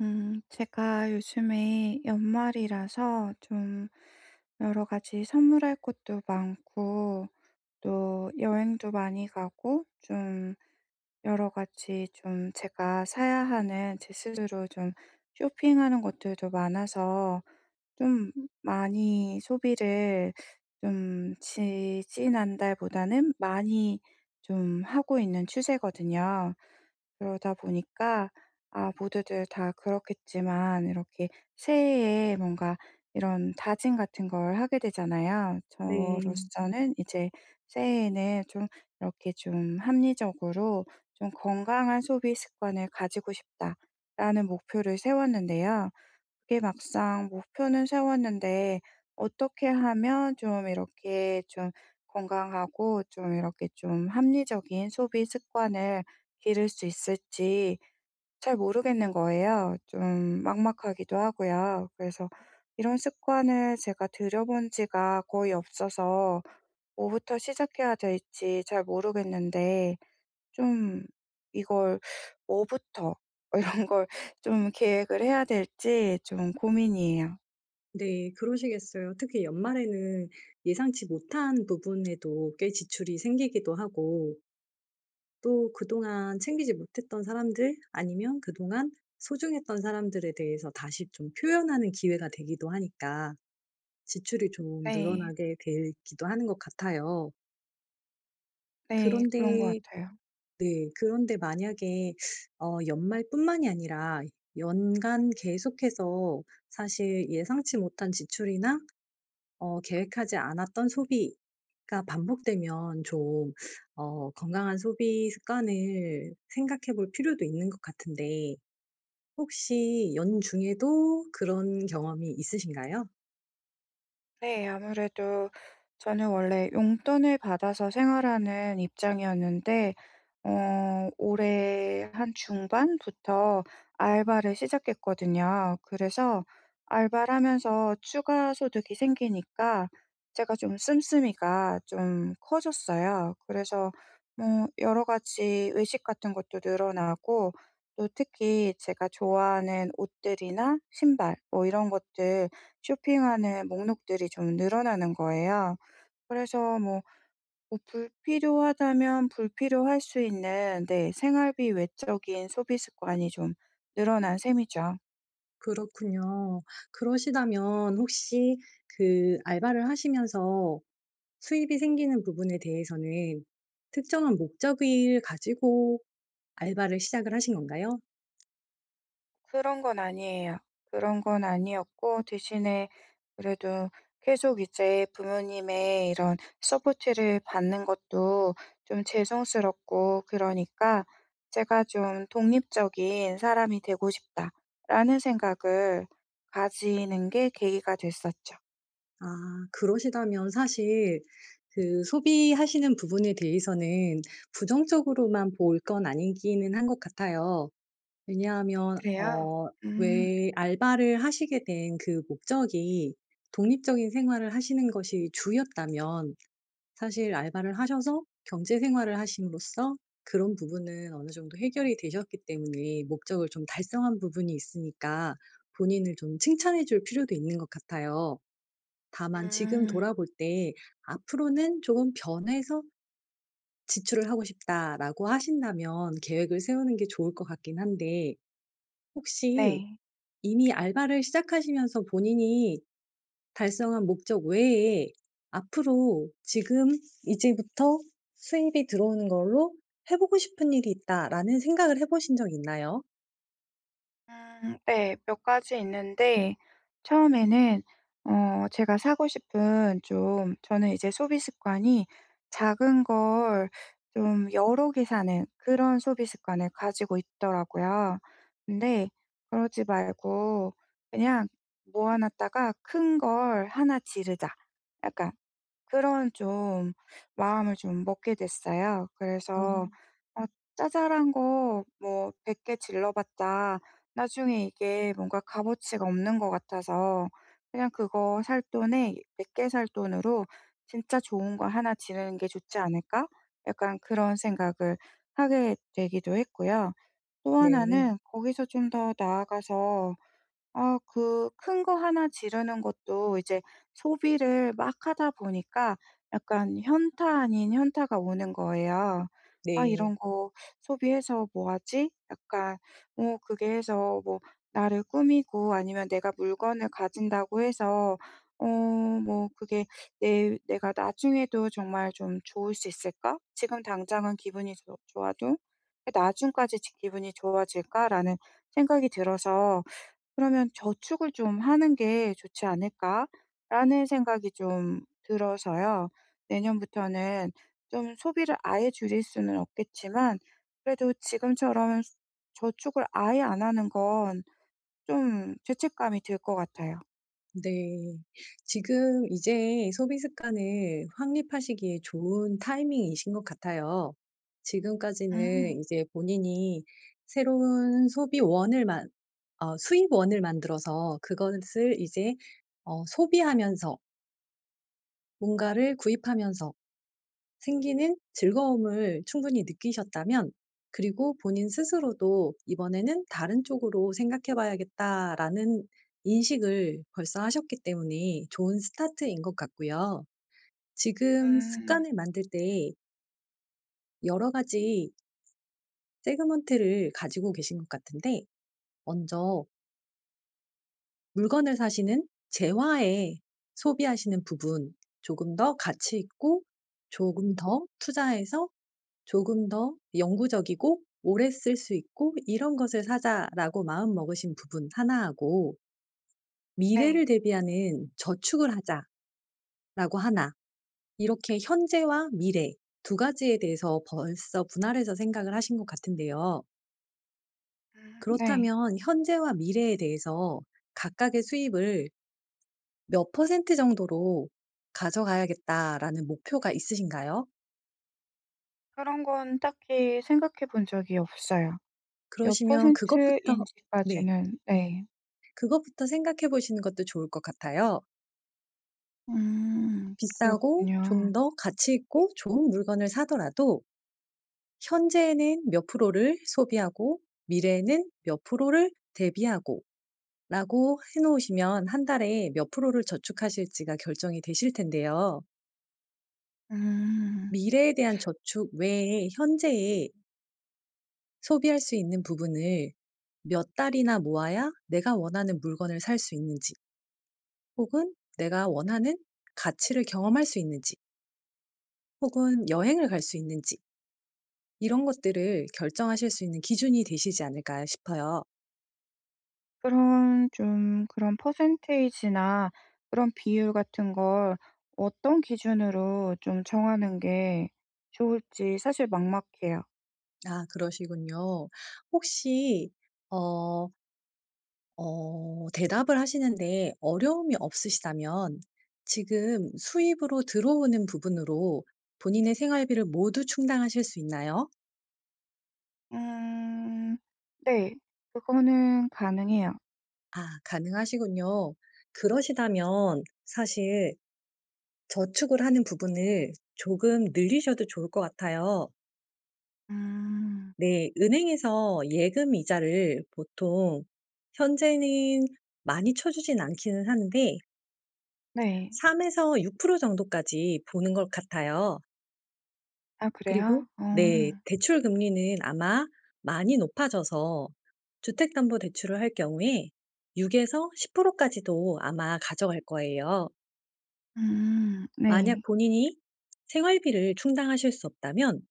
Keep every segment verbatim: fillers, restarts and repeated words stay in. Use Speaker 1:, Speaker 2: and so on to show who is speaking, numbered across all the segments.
Speaker 1: 음, 제가 요즘에 연말이라서 좀 여러 가지 선물할 것도 많고, 또 여행도 많이 가고, 좀 여러 가지 좀 제가 사야 하는 제 스스로 좀 쇼핑하는 것들도 많아서 좀 많이 소비를 좀 지 지난달보다는 많이 좀 하고 있는 추세거든요. 그러다 보니까 아 모두들 다 그렇겠지만 이렇게 새해에 뭔가 이런 다짐 같은 걸 하게 되잖아요.
Speaker 2: 네.
Speaker 1: 저로서는 이제 새해에는 좀 이렇게 좀 합리적으로 좀 '건강한 소비 습관을 가지고 싶다.'라는 목표를 세웠는데요. 그게 막상 목표는 세웠는데 어떻게 하면 좀 이렇게 좀 건강하고 좀 이렇게 좀 합리적인 소비 습관을 기를 수 있을지 잘 모르겠는 거예요. 좀 막막하기도 하고요. 그래서 이런 습관을 제가 들여본 지가 거의 없어서 뭐부터 시작해야 될지 잘 모르겠는데 좀 이걸 뭐부터 이런 걸 좀 계획을 해야 될지 좀 고민이에요.
Speaker 2: 네. 그러시겠어요. 특히 연말에는 예상치 못한 부분에도 꽤 지출이 생기기도 하고 또 그동안 챙기지 못했던 사람들 아니면 그동안 소중했던 사람들에 대해서 다시 좀 표현하는 기회가 되기도 하니까 지출이 좀
Speaker 1: 네.
Speaker 2: 늘어나게 되기도 하는 것 같아요.
Speaker 1: 네, 그런 것
Speaker 2: 그런데
Speaker 1: 같아요.
Speaker 2: 네. 그런데 만약에 어 연말뿐만이 아니라 연간 계속해서 사실 예상치 못한 지출이나 어 계획하지 않았던 소비가 반복되면 좀 어 건강한 소비 습관을 생각해 볼 필요도 있는 것 같은데 혹시 연중에도 그런 경험이 있으신가요?
Speaker 1: 네, 아무래도 저는 원래 용돈을 받아서 생활하는 입장이었는데, 어, 올해 한 중반부터 알바를 시작했거든요. 그래서 알바를 하면서 추가 소득이 생기니까 제가 좀 씀씀이가 좀 커졌어요. 그래서 뭐 여러 가지 외식 같은 것도 늘어나고, 또 특히 제가 좋아하는 옷들이나 신발, 뭐 이런 것들 쇼핑하는 목록들이 좀 늘어나는 거예요. 그래서 뭐, 뭐 불필요하다면 불필요할 수 있는 네, 생활비 외적인 소비 습관이 좀 늘어난 셈이죠.
Speaker 2: 그렇군요. 그러시다면 혹시 그 알바를 하시면서 수입이 생기는 부분에 대해서는 특정한 목적을 가지고 알바를 시작을 하신 건가요?
Speaker 1: 그런 건 아니에요. 그런 건 아니었고 대신에 그래도 계속 이제 부모님의 이런 서포트를 받는 것도 좀 죄송스럽고 그러니까 제가 좀 '독립적인 사람이 되고 싶다.'라는 생각을 가지는 게 계기가 됐었죠.
Speaker 2: 아, 그러시다면 사실 그 소비하시는 부분에 대해서는 부정적으로만 볼 건 아니기는 한 것 같아요. 왜냐하면
Speaker 1: 그래요?
Speaker 2: 어
Speaker 1: 음.
Speaker 2: 왜 알바를 하시게 된 그 목적이 독립적인 생활을 하시는 것이 주였다면 사실 알바를 하셔서 경제 생활을 하심으로써 그런 부분은 어느 정도 해결이 되셨기 때문에 목적을 좀 달성한 부분이 있으니까 본인을 좀 칭찬해 줄 필요도 있는 것 같아요. 다만 지금
Speaker 1: 음.
Speaker 2: 돌아볼 때 '앞으로는 조금 변해서 지출을 하고 싶다.'라고 하신다면 계획을 세우는 게 좋을 것 같긴 한데 혹시
Speaker 1: 네.
Speaker 2: 이미 알바를 시작하시면서 본인이 달성한 목적 외에 앞으로 '지금 이제부터 수입이 들어오는 걸로 해 보고 싶은 일이 있다.'라는 생각을 해 보신 적 있나요?
Speaker 1: 음, 네. 몇 가지 있는데 처음에는 어 제가 사고 싶은 좀 저는 이제 소비 습관이 작은 걸 좀 여러 개 사는 그런 소비 습관을 가지고 있더라고요. 근데 그러지 말고 '그냥 모아 놨다가 큰 걸 하나 지르자.' 약간 그런 좀 마음을 좀 먹게 됐어요. 그래서
Speaker 2: 아,
Speaker 1: 어잘한 거 뭐 백 개 질러 봤자 나중에 이게 뭔가 값어치가 없는 것 같아서 그냥 그거 살 돈에 '백 개 살 돈으로 진짜 좋은 거 하나 지르는 게 좋지 않을까?' 약간 그런 생각을 하게 되기도 했고요. 또
Speaker 2: 네.
Speaker 1: 하나는 거기서 좀 더 나아가서 어 그 큰 거 하나 지르는 것도 이제 소비를 막 하다 보니까 약간 현타 아닌 현타가 오는 거예요. '아
Speaker 2: 네.
Speaker 1: 이런 거 소비해서 뭐 하지?' 약간 뭐 그게 해서 뭐 나를 꾸미고 아니면 내가 물건을 가진다고 해서 어 뭐 그게 내 '내가 나중에도 정말 좀 좋을 수 있을까? 지금 당장은 기분이 좋 좋아도 나중까지 지 기분이 좋아질까?'라는 생각이 들어서 그러면 '저축을 좀 하는 게 좋지 않을까?'라는 생각이 좀 들어서요. 내년부터는 좀 소비를 아예 줄일 수는 없겠지만 그래도 지금처럼 저축을 아예 안 하는 건 좀 죄책감이 들 것 같아요.
Speaker 2: 네. 지금 이제 소비 습관을 확립하시기에 좋은 타이밍이신 것 같아요.
Speaker 1: 음.
Speaker 2: 지금까지는 이제 본인이 새로운 소비원을 만 어 수입원을 만들어서 그것을 이제 어 소비하면서 뭔가를 구입하면서 생기는 즐거움을 충분히 느끼셨다면, 그리고 본인 스스로도 '이번에는 다른 쪽으로 생각해 봐야겠다.'라는 인식을 벌써 하셨기 때문에 좋은 스타트인 것 같고요. 지금
Speaker 1: 음.
Speaker 2: 습관을 만들 때 여러 가지 세그먼트를 가지고 계신 것 같은데, 먼저 물건을 사시는 재화에 소비하시는 부분, 조금 더 가치 있고 조금 더 투자해서 조금 더 영구적이고 오래 쓸 수 있고 '이런 것을 사자.'라고 마음먹으신 부분 하나하고 '미래를
Speaker 1: 네.
Speaker 2: 대비하는 저축을 하자.'라고 하나, 이렇게 현재와 미래 두 가지에 대해서 벌써 분할해서 생각을 하신 것 같은데요.
Speaker 1: 음, 네.
Speaker 2: 그렇다면 현재와 미래에 대해서 각각의 수입을 몇 퍼센트 정도로 '가져가야겠다.'라는 목표가 있으신가요?
Speaker 1: 그런 건 딱히 생각해 본 적이 없어요. 몇
Speaker 2: 그러시면 그것부터, 네,
Speaker 1: 퍼센트인지까지는 네.
Speaker 2: 그것부터 생각해 보시는 것도 좋을 것 같아요.
Speaker 1: 음.
Speaker 2: 비싸고
Speaker 1: 그렇군요.
Speaker 2: 좀 더 가치 있고 좋은 물건을 사더라도 현재에는 몇 프로를 소비하고 미래에는 몇 프로를 대비하고 라고 해 놓으시면 한 달에 몇 프로를 저축하실지가 결정이 되실 텐데요.
Speaker 1: 음.
Speaker 2: 미래에 대한 저축 외에 현재에 소비할 수 있는 부분을 몇 달이나 모아야 내가 원하는 물건을 살 수 있는지, 혹은 내가 원하는 가치를 경험할 수 있는지, 혹은 여행을 갈 수 있는지, 이런 것들을 결정하실 수 있는 기준이 되시지 않을까 싶어요.
Speaker 1: 그런 좀 그런 퍼센테이지나 그런 비율 같은 걸 어떤 기준으로 좀 정하는 게 좋을지 사실 막막해요.
Speaker 2: 아, 그러시군요. 혹시 어 어 대답을 하시는데 어려움이 없으시다면 지금 수입으로 들어오는 부분으로 본인의 생활비를 모두 충당하실 수 있나요?
Speaker 1: 음. 네. 그거는 가능해요.
Speaker 2: 아, 가능하시군요. 그러시다면 사실 저축을 하는 부분을 조금 늘리셔도 좋을 것 같아요.
Speaker 1: 음.
Speaker 2: 네. 은행에서 예금 이자를 보통 현재는 많이 쳐 주진 않기는 하는데
Speaker 1: 네.
Speaker 2: 삼에서 육프로 정도까지 보는 것 같아요.
Speaker 1: 아,
Speaker 2: 그리고
Speaker 1: 그래요? 어.
Speaker 2: 네, 대출 금리는 아마 많이 높아져서 주택담보대출을 할 경우에 육에서 십프로 까지도 아마 가져갈 거예요.
Speaker 1: 음.
Speaker 2: 만약
Speaker 1: 네.
Speaker 2: 본인이 생활비를 충당하실 수 없다면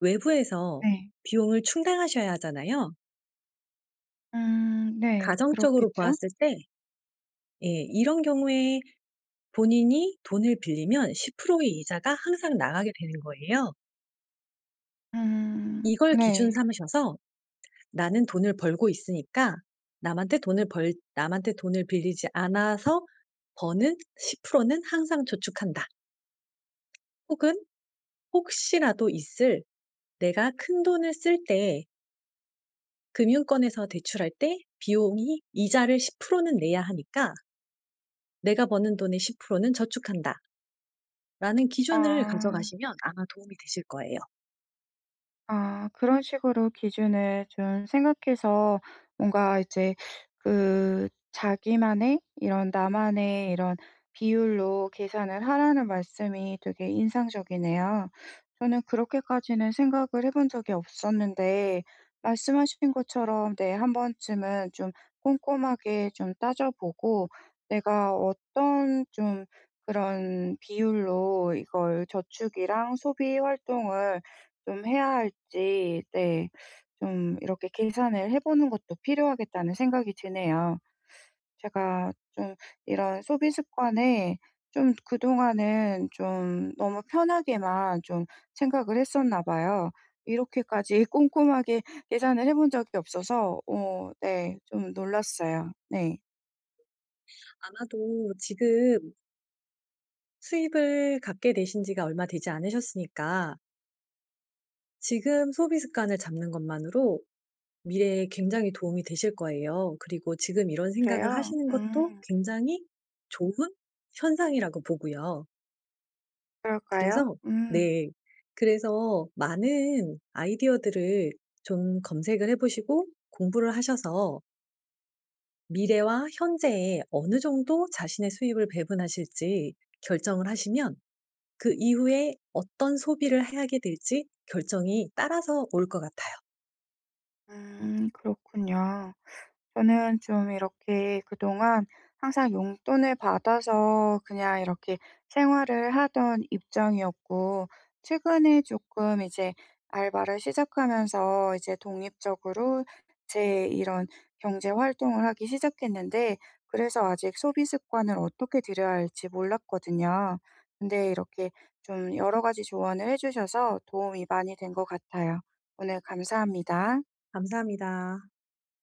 Speaker 2: 외부에서
Speaker 1: 네.
Speaker 2: 비용을 충당하셔야 하잖아요.
Speaker 1: 음. 네,
Speaker 2: 가정적으로
Speaker 1: 그렇겠죠?
Speaker 2: 보았을 때, 예, 이런 경우에 본인이 돈을 빌리면 십 퍼센트의 이자가 항상 나가게 되는 거예요.
Speaker 1: 음.
Speaker 2: 이걸 기준
Speaker 1: 네.
Speaker 2: 삼으셔서 '나는 돈을 벌고 있으니까 남한테 돈을 벌 남한테 돈을 빌리지 않아서 버는 십 퍼센트는 항상 저축한다.' 혹은 '혹시라도 있을 내가 큰돈을 쓸 때 금융권에서 대출할 때 비용이 이자를 십 퍼센트는 내야 하니까 내가 버는 돈의 십 퍼센트는 저축한다.'라는 기준을
Speaker 1: 아.
Speaker 2: 가져가시면 아마 도움이 되실 거예요.
Speaker 1: 아 그런 식으로 기준을 좀 생각해서 뭔가 이제 그 자기만의 이런 나만의 이런 비율로 계산을 하라는 말씀이 되게 인상적이네요. 저는 그렇게까지는 생각을 해본 적이 없었는데 말씀하신 것처럼 네, 한 번쯤은 좀 꼼꼼하게 좀 따져 보고 내가 어떤 좀 그런 비율로 이걸 저축이랑 소비 활동을 좀 해야 할지 네, 좀 이렇게 계산을 해 보는 것도 필요하겠다는 생각이 드네요. 제가 좀 이런 소비 습관에 좀 그동안은 좀 너무 편하게만 좀 생각을 했었나 봐요. 이렇게까지 꼼꼼하게 계산을 해본 적이 없어서 어 네, 좀 놀랐어요. 네.
Speaker 2: 아마도 지금 수입을 갖게 되신 지가 얼마 되지 않으셨으니까 지금 소비 습관을 잡는 것만으로 미래에 굉장히 도움이 되실 거예요. 그리고 지금 이런 생각을
Speaker 1: 그래요?
Speaker 2: 하시는 것도
Speaker 1: 음.
Speaker 2: 굉장히 좋은 현상이라고 보고요.
Speaker 1: 그럴까요?
Speaker 2: 그래서
Speaker 1: 음.
Speaker 2: 네, 그래서 많은 아이디어들을 좀 검색을 해 보시고 공부를 하셔서 미래와 현재에 어느 정도 자신의 수입을 배분하실지 결정을 하시면 그 이후에 어떤 소비를 하게 될지 결정이 따라서 올 것 같아요.
Speaker 1: 음. 그렇군요. 저는 좀 이렇게 그동안 항상 용돈을 받아서 그냥 이렇게 생활을 하던 입장이었고, 최근에 조금 이제 알바를 시작하면서 이제 독립적으로 제 이런 경제 활동을 하기 시작했는데, 그래서 아직 소비 습관을 어떻게 들여야 할지 몰랐거든요. 근데 이렇게 좀 여러 가지 조언을 해주셔서 도움이 많이 된 것 같아요. 오늘 감사합니다.
Speaker 2: 감사합니다.